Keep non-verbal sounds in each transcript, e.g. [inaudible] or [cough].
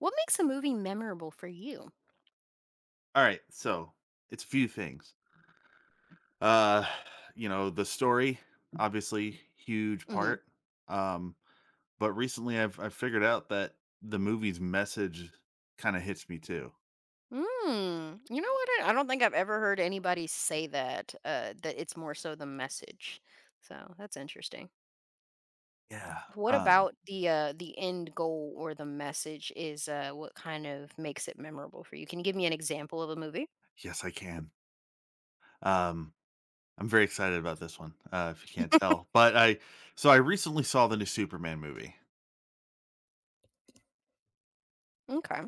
What makes a movie memorable for you? All right, so it's a few things. Uh, you know, the story, obviously, huge Mhm. part. Um, but recently I've figured out that the movie's message kind of hits me too. You know what? I don't think I've ever heard anybody say that, that it's more so the message. So, that's interesting. Yeah. What Um, about the end goal or the message is, what kind of makes it memorable for you? Can you give me an example of a movie? yes, I can. Um, I'm very excited about this one, if you can't tell. But I so I recently saw the new Superman movie. Okay.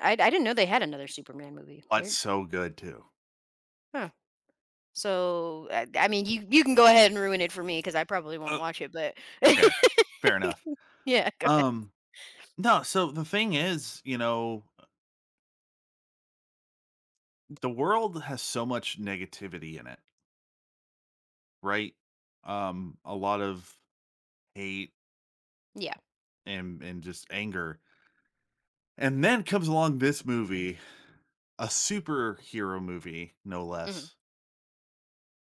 I didn't know they had another Superman movie. That's Weird. so good too. Huh. So, I mean, you can go ahead and ruin it for me because I probably won't Oh, watch it, but fair. Fair enough. [laughs] Yeah, go ahead. Um, no, so the thing is, the world has so much negativity in it, right? A lot of hate Yeah. and just anger. And then comes along this movie, a superhero movie, no Mhm. less,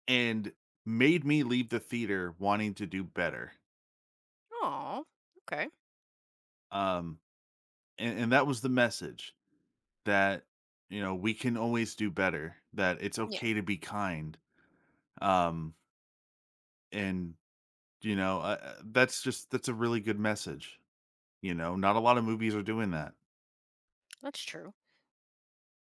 and made me leave the theater wanting to do better. Oh, okay. Um, and that was the message that you know we can always do better. That it's Yeah. okay to be kind. Um, and that's a really good message. You know, not a lot of movies are doing that. That's true.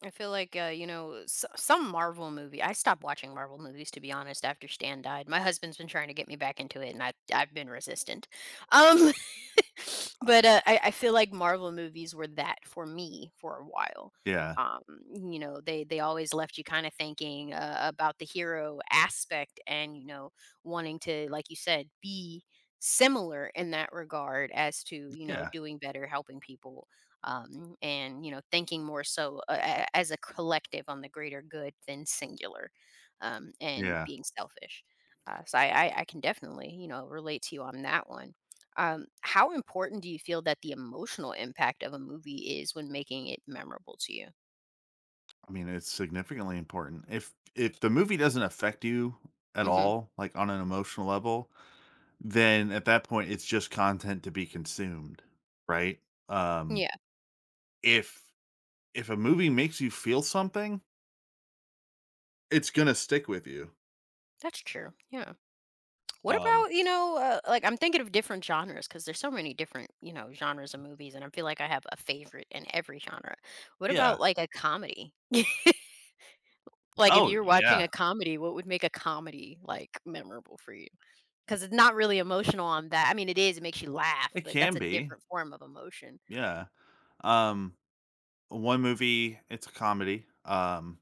I feel like you know s some Marvel movie. I stopped watching Marvel movies to be honest after Stan died. My husband's been trying to get me back into it, and I've been resistant. Um, [laughs] but I feel like Marvel movies were that for me for a while. Yeah. Um, you know, they always left you kind of thinking about the hero aspect, and you know, wanting to, like you said, be similar in that regard as to you know Yeah. doing better, helping people, and you know thinking more so as a collective on the greater good than singular and Yeah. being selfish so I can definitely you know relate to you on that one how important do you feel that the emotional impact of a movie is when making it memorable to you I mean, it's significantly important. If the movie doesn't affect you at hmm all, like on an emotional level, then at that point it's just content to be consumed, right? Um yeah if if a movie makes you feel something, it's going to stick with you. that's true yeah what Um about you know like I'm thinking of different genres because there's so many different you know genres of movies and I feel like I have a favorite in every genre what yeah. about like a comedy [laughs] Like, if Oh, you're watching yeah. a comedy, what would make a comedy, like, memorable for you? Because it's not really emotional on that I mean, it is, it makes you laugh, It but that's can a be. different form of emotion. Yeah. Um one movie, it's a comedy.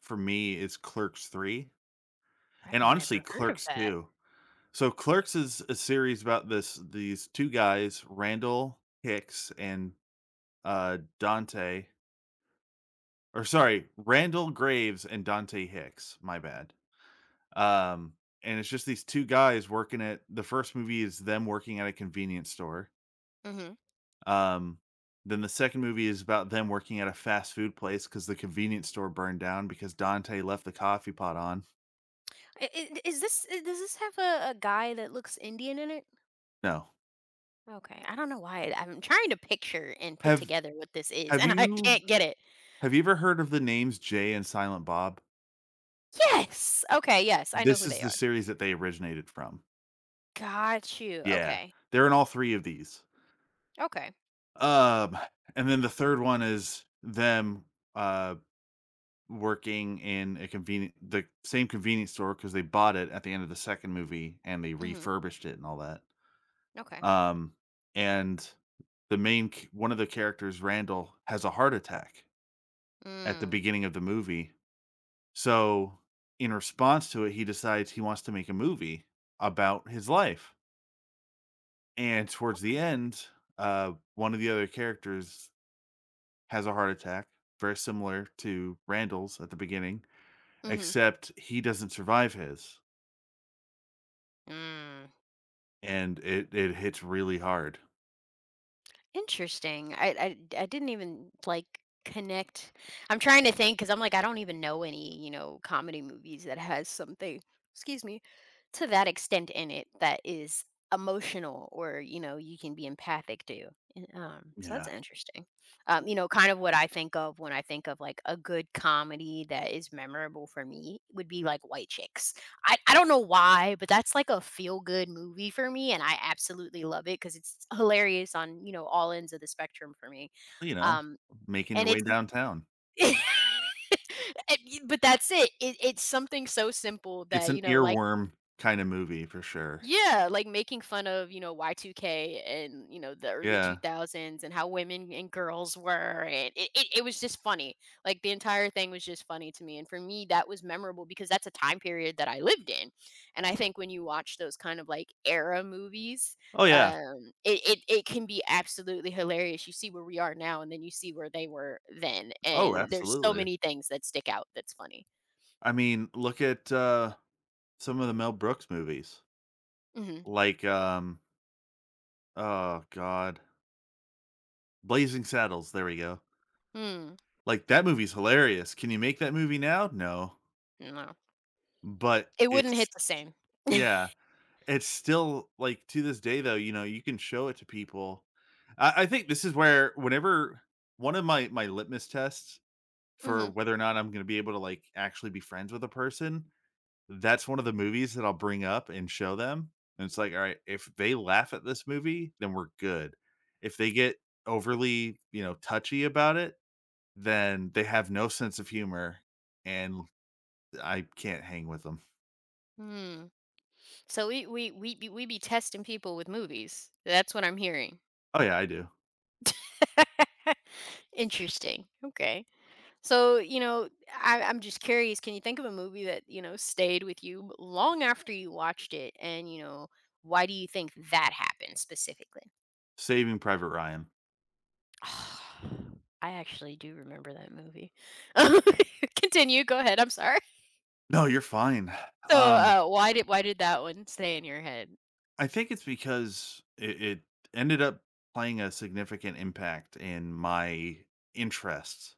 For me, it's Clerks 3. I've And honestly, never heard of Clerks that. too. So Clerks is a series about this these 2 guys, Randall Hicks and, Dante or sorry, Randall Graves and Dante Hicks, my bad. Um, and it's just these 2 guys working at the first movie is them working at a convenience store. Mhm. Um, then the second movie is about them working at a fast food place because the convenience store burned down because Dante left the coffee pot on. is this I does this have a guy that looks Indian in it? No. Okay, I don't know why I'm trying to picture and put Have together what this is, have and [laughs] I you can't get it. Have you ever heard of the names Jay and Silent Bob? Yes! Okay, yes, I know who This is they the are. series that they originated from. Got you, Yeah, okay. they're in all 3 of these. Okay. Um, and then the third one is them, uh, working in a convenient the same convenience store because they bought it at the end of the second movie and they Mhm. refurbished it and all that. Okay. Um, and the main c one of the characters, Randall, has a heart attack at the Mm. beginning of the movie. So, in response to it, he decides he wants to make a movie about his life. And towards the Okay. end, one of the other characters has a heart attack, very similar to Randall's at the beginning, Mhm. except he doesn't survive his, Mm. and it hits really hard. Interesting. I didn't even like connect. I'm trying to think because I'm like I don't even know any you know comedy movies that has something. Excuse me, to that extent in it that is emotional or you know you can be empathic to. And, so that's Yeah, interesting. You know, kind of what I think of when I think of like a good comedy that is memorable for me would be like White Chicks. I don't know why, but that's like a feel good movie for me, and I absolutely love it because it's hilarious on, you know, all ends of the spectrum for me. you know, Um, making your and way [laughs] it's downtown. [laughs] and y but that's it. It's something so simple It's that, an you know, like earworm kind of movie for sure. yeah, like making fun of, you know, Y2K and, you know, the early Yeah. 2000s and how women and girls were. And it was just funny. Like the entire thing was just funny to me. And for me, that was memorable because that's a time period that I lived in. And I think when you watch those kind of like era movies, Oh yeah. It can be absolutely hilarious. You see where we are now and then you see where they were then. Oh, And there's so absolutely. many things that stick out that's funny. I mean, look at some of the Mel Brooks movies. Hmm Like, oh god, Blazing Saddles, there we go. Hmm. Like, that movie's hilarious. Can you make that movie now? No, No, but it wouldn't it's hit the same. [laughs] yeah, it's still like, to this day, though, you know, you can show it to people. I think this is where whenever one of my litmus tests for Mhm. whether or not I'm gonna be able to, like, actually be friends with a person. That's one of the movies that I'll bring up and show them, and it's like, "All right, if they laugh at this movie, then we're good." If they get overly, you know, touchy about it, then they have no sense of humor, and I can't hang with them. Hmm. So we be testing people with movies. That's what I'm hearing. Oh, yeah, I do. [laughs] Interesting. Okay. So, you know, I'm just curious. Can you think of a movie that, you know, stayed with you long after you watched it? And, you know, why do you think that happened specifically? Saving Private Ryan. [sighs] I actually do remember that movie. [laughs] Continue. Go ahead. I'm sorry. No, you're fine. So, Um, why did that one stay in your head? I think it's because it ended up playing a significant impact in my interests.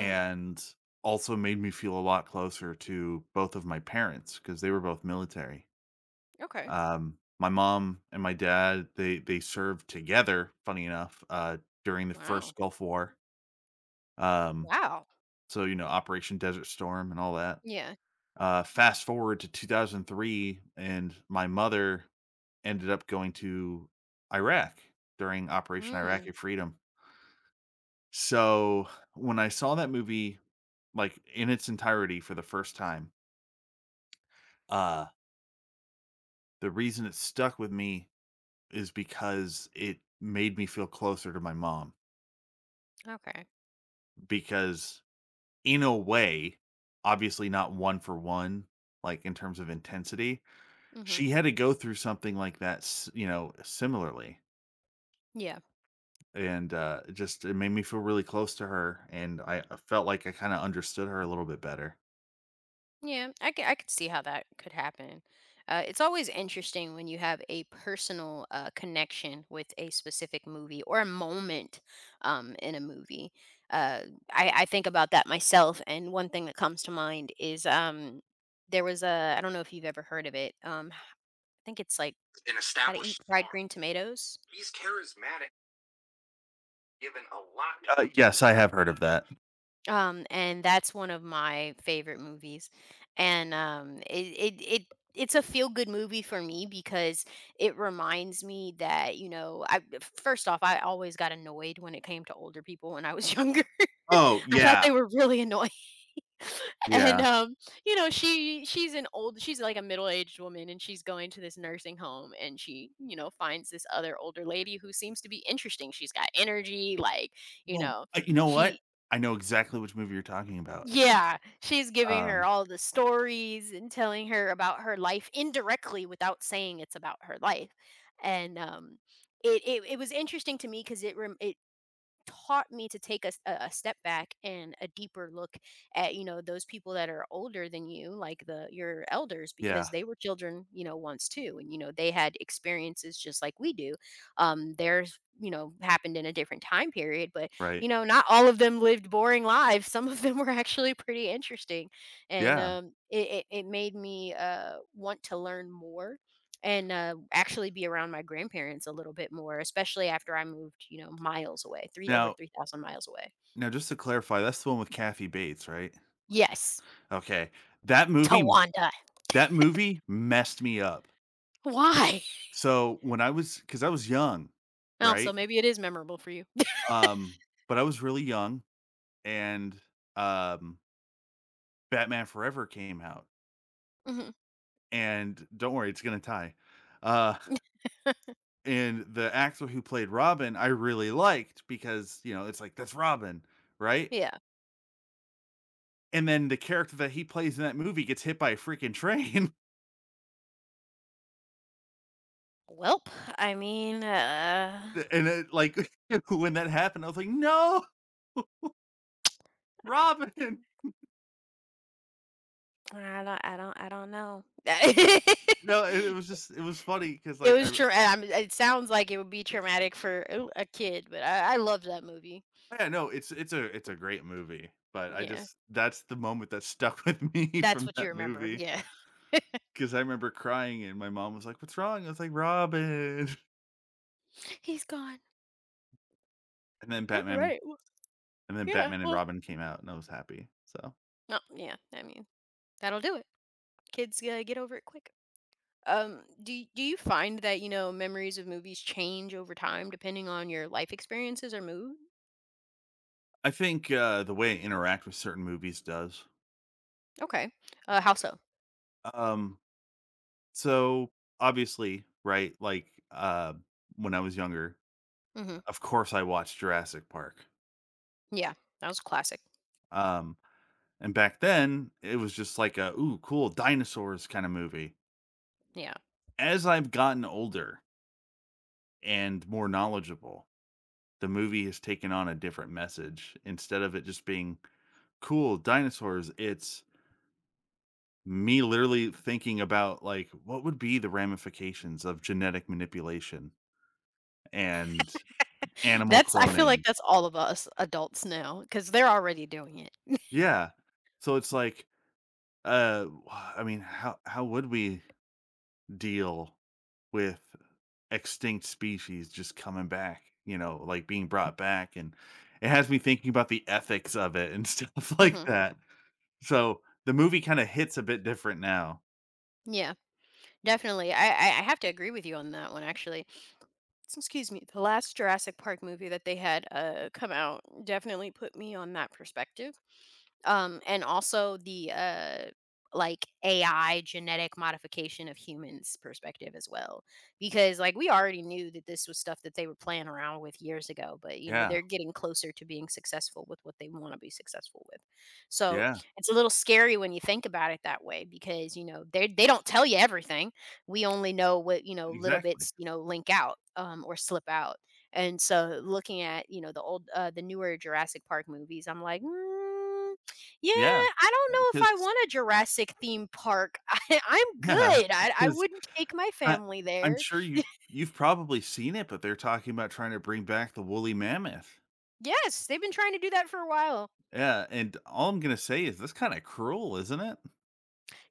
Mm, also made me feel a lot closer to both of my parents because they were both military. okay. My mom and my dad they served together. Funny enough, during the Wow. first Gulf War. Um, Wow. so you know Operation Desert Storm and all that. Yeah. Fast forward to 2003, and my mother ended up going to Iraq during Operation Mm. Iraqi Freedom. So when I saw that movie like in its entirety for the first time, uh the reason it stuck with me is because it made me feel closer to my mom Okay. because in a way, obviously not one for one, like in terms of intensity, hmm she had to go through something like that, s- you know, similarly. Yeah. And it just it made me feel really close to her, and I felt like I kind of understood her a little bit better. Yeah. I could see how that could happen. It's always interesting when you have a personal connection with a specific movie or a moment in a movie. Uh, I think about that myself. And one thing that comes to mind is there was a, I don't know if you've ever heard of it. I think it's like An how to eat established fried star. green tomatoes. He's charismatic, given a lot. Yes, I have heard of that. And that's one of my favorite movies. And it's a feel good movie for me because it reminds me that, you know, I first off, I always got annoyed when it came to older people when I was younger. [laughs] Oh I thought yeah, they were really annoying. [laughs] And yeah. You know, she she's an old she's like a middle-aged woman and she's going to this nursing home and she, you know, finds this other older lady who seems to be interesting. She's got energy, like, you Oh, know, you know she what? I know exactly which movie you're talking about. yeah, she's giving her Um, all the stories and telling her about her life indirectly without saying it's about her life, and, it was interesting to me because it taught me to take a, a step back and a deeper look at you know those people that are older than you like the your elders because yeah, they were children you know once too and you know they had experiences just like we do theirs you know happened in a different time period but you right. know not all of them lived boring lives [laughs] some of them were actually pretty interesting and Yeah. It made me want to learn more and actually be around my grandparents a little bit more, especially after I moved, you know, miles away, three over Now 3,000 miles away. now just to clarify, that's the one with Kathy Bates, right? Yes, Okay. That movie Tawanda. that movie messed me up. Why? [laughs] So, when I was, because I was young, Also, right? maybe it is memorable for you. Um, but I was really young and, um, Batman Forever came out, [laughs] Mhm. and don't worry, it's gonna tie. Uh and the actor who played Robin, I really liked because, you know, it's like, that's Robin, right? Yeah. And then the character that he plays in that movie gets hit by a freaking train. [laughs] Welp, I mean, And it, like, [laughs] when that happened, I was like, no, Robin. [laughs] I don't know. [laughs] it No, it was just, it was funny because, like, was I, true. It sounds like it would be traumatic for a kid, but I love that movie. yeah, no, it's a, it's a great movie. But I Yeah, just, that's the moment that [laughs] stuck with me [laughs] that's from what you that remember. movie Yeah, because I remember crying and my mom was like, what's wrong? I was like, Robin. [laughs] [laughs] he's gone. And then All Batman, right. Well, and then yeah. Batman and Well, Robin came out and I was happy. So. No, yeah. I mean, that'll do it. Kids get over it quick. Do you find that you know memories of movies change over time depending on your life experiences or mood? I think the way I interact with certain movies does. Okay. How so? Um, so obviously, right? Like when I was younger, Hmm of course I watched Jurassic Park. Yeah, that was classic. Um, and back then, it was just like a ooh, cool dinosaurs kind of movie. Yeah, As I've gotten older and more knowledgeable, the movie has taken on a different message. Instead of it just being cool dinosaurs, it's me literally thinking about, like, what would be the ramifications of genetic manipulation and [laughs] animal that's. I feel like cloning? that's all of us adults now because they're already doing it. Yeah. So it's like, [sighs] I mean, how would we deal with extinct species just coming back, you know, like being brought back and it has me thinking about the ethics of it and [laughs] stuff like Hmm that. So the movie kinda hits a bit different now. Yeah. Definitely. I have to agree with you on that one, actually. Excuse me. The last Jurassic Park movie that they had come out definitely put me on that perspective. And also the like AI genetic modification of humans perspective as well. Because like we already knew that this was stuff that they were playing around with years ago, but you know, Yeah, they're getting closer to being successful with what they want to be successful with. So yeah, it's a little scary when you think about it that way because you know they don't tell you everything. We only know what, you know, little exactly. bits, you know, link out or slip out. And so looking at, you know, the old the newer Jurassic Park movies, I'm like, "Mm, yeah, Yeah, I don't know if I because want a Jurassic theme park. [laughs] I'm yeah, good. I because. wouldn't take my I family I'm there. sure [laughs] you've probably seen it, but they're talking about trying to bring back the woolly mammoth. Yes, they've been trying to do that for a while. Yeah, and all I'm gonna say is that's kinda cruel, isn't it?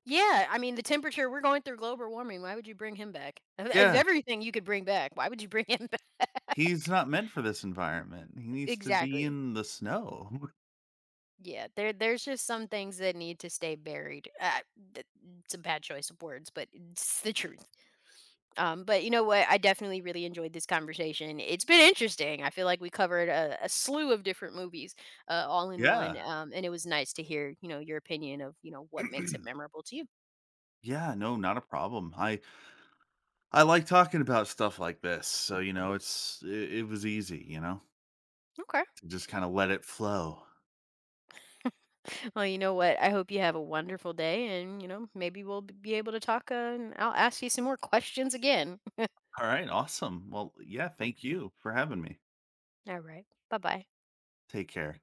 Yeah, I mean, the temperature we're going through global warming, why would you bring him back? [laughs] Of Yeah, everything you could bring back, why would you bring him back? he's [laughs] not meant for this environment. He needs to be Exactly. in the snow. [laughs] Yeah, there's just some things that need to stay buried. Th it's a bad choice of words, but it's the truth. But you know what? I definitely really enjoyed this conversation. It's been interesting. I feel like we covered a slew of different movies, all in one. Yeah. And it was nice to hear, you know, your opinion of, you know, what makes it [clears throat] memorable to you. Yeah, no, not a problem. I like talking about stuff like this, so, you know, it was easy, you know, Okay. to just kinda let it flow. Well, you know what? I hope you have a wonderful day, and you know, maybe be able to talk. And I'll ask you some more questions again. Alright, awesome. Well, yeah, thank you for having me. [laughs] All right. Bye bye. Take care.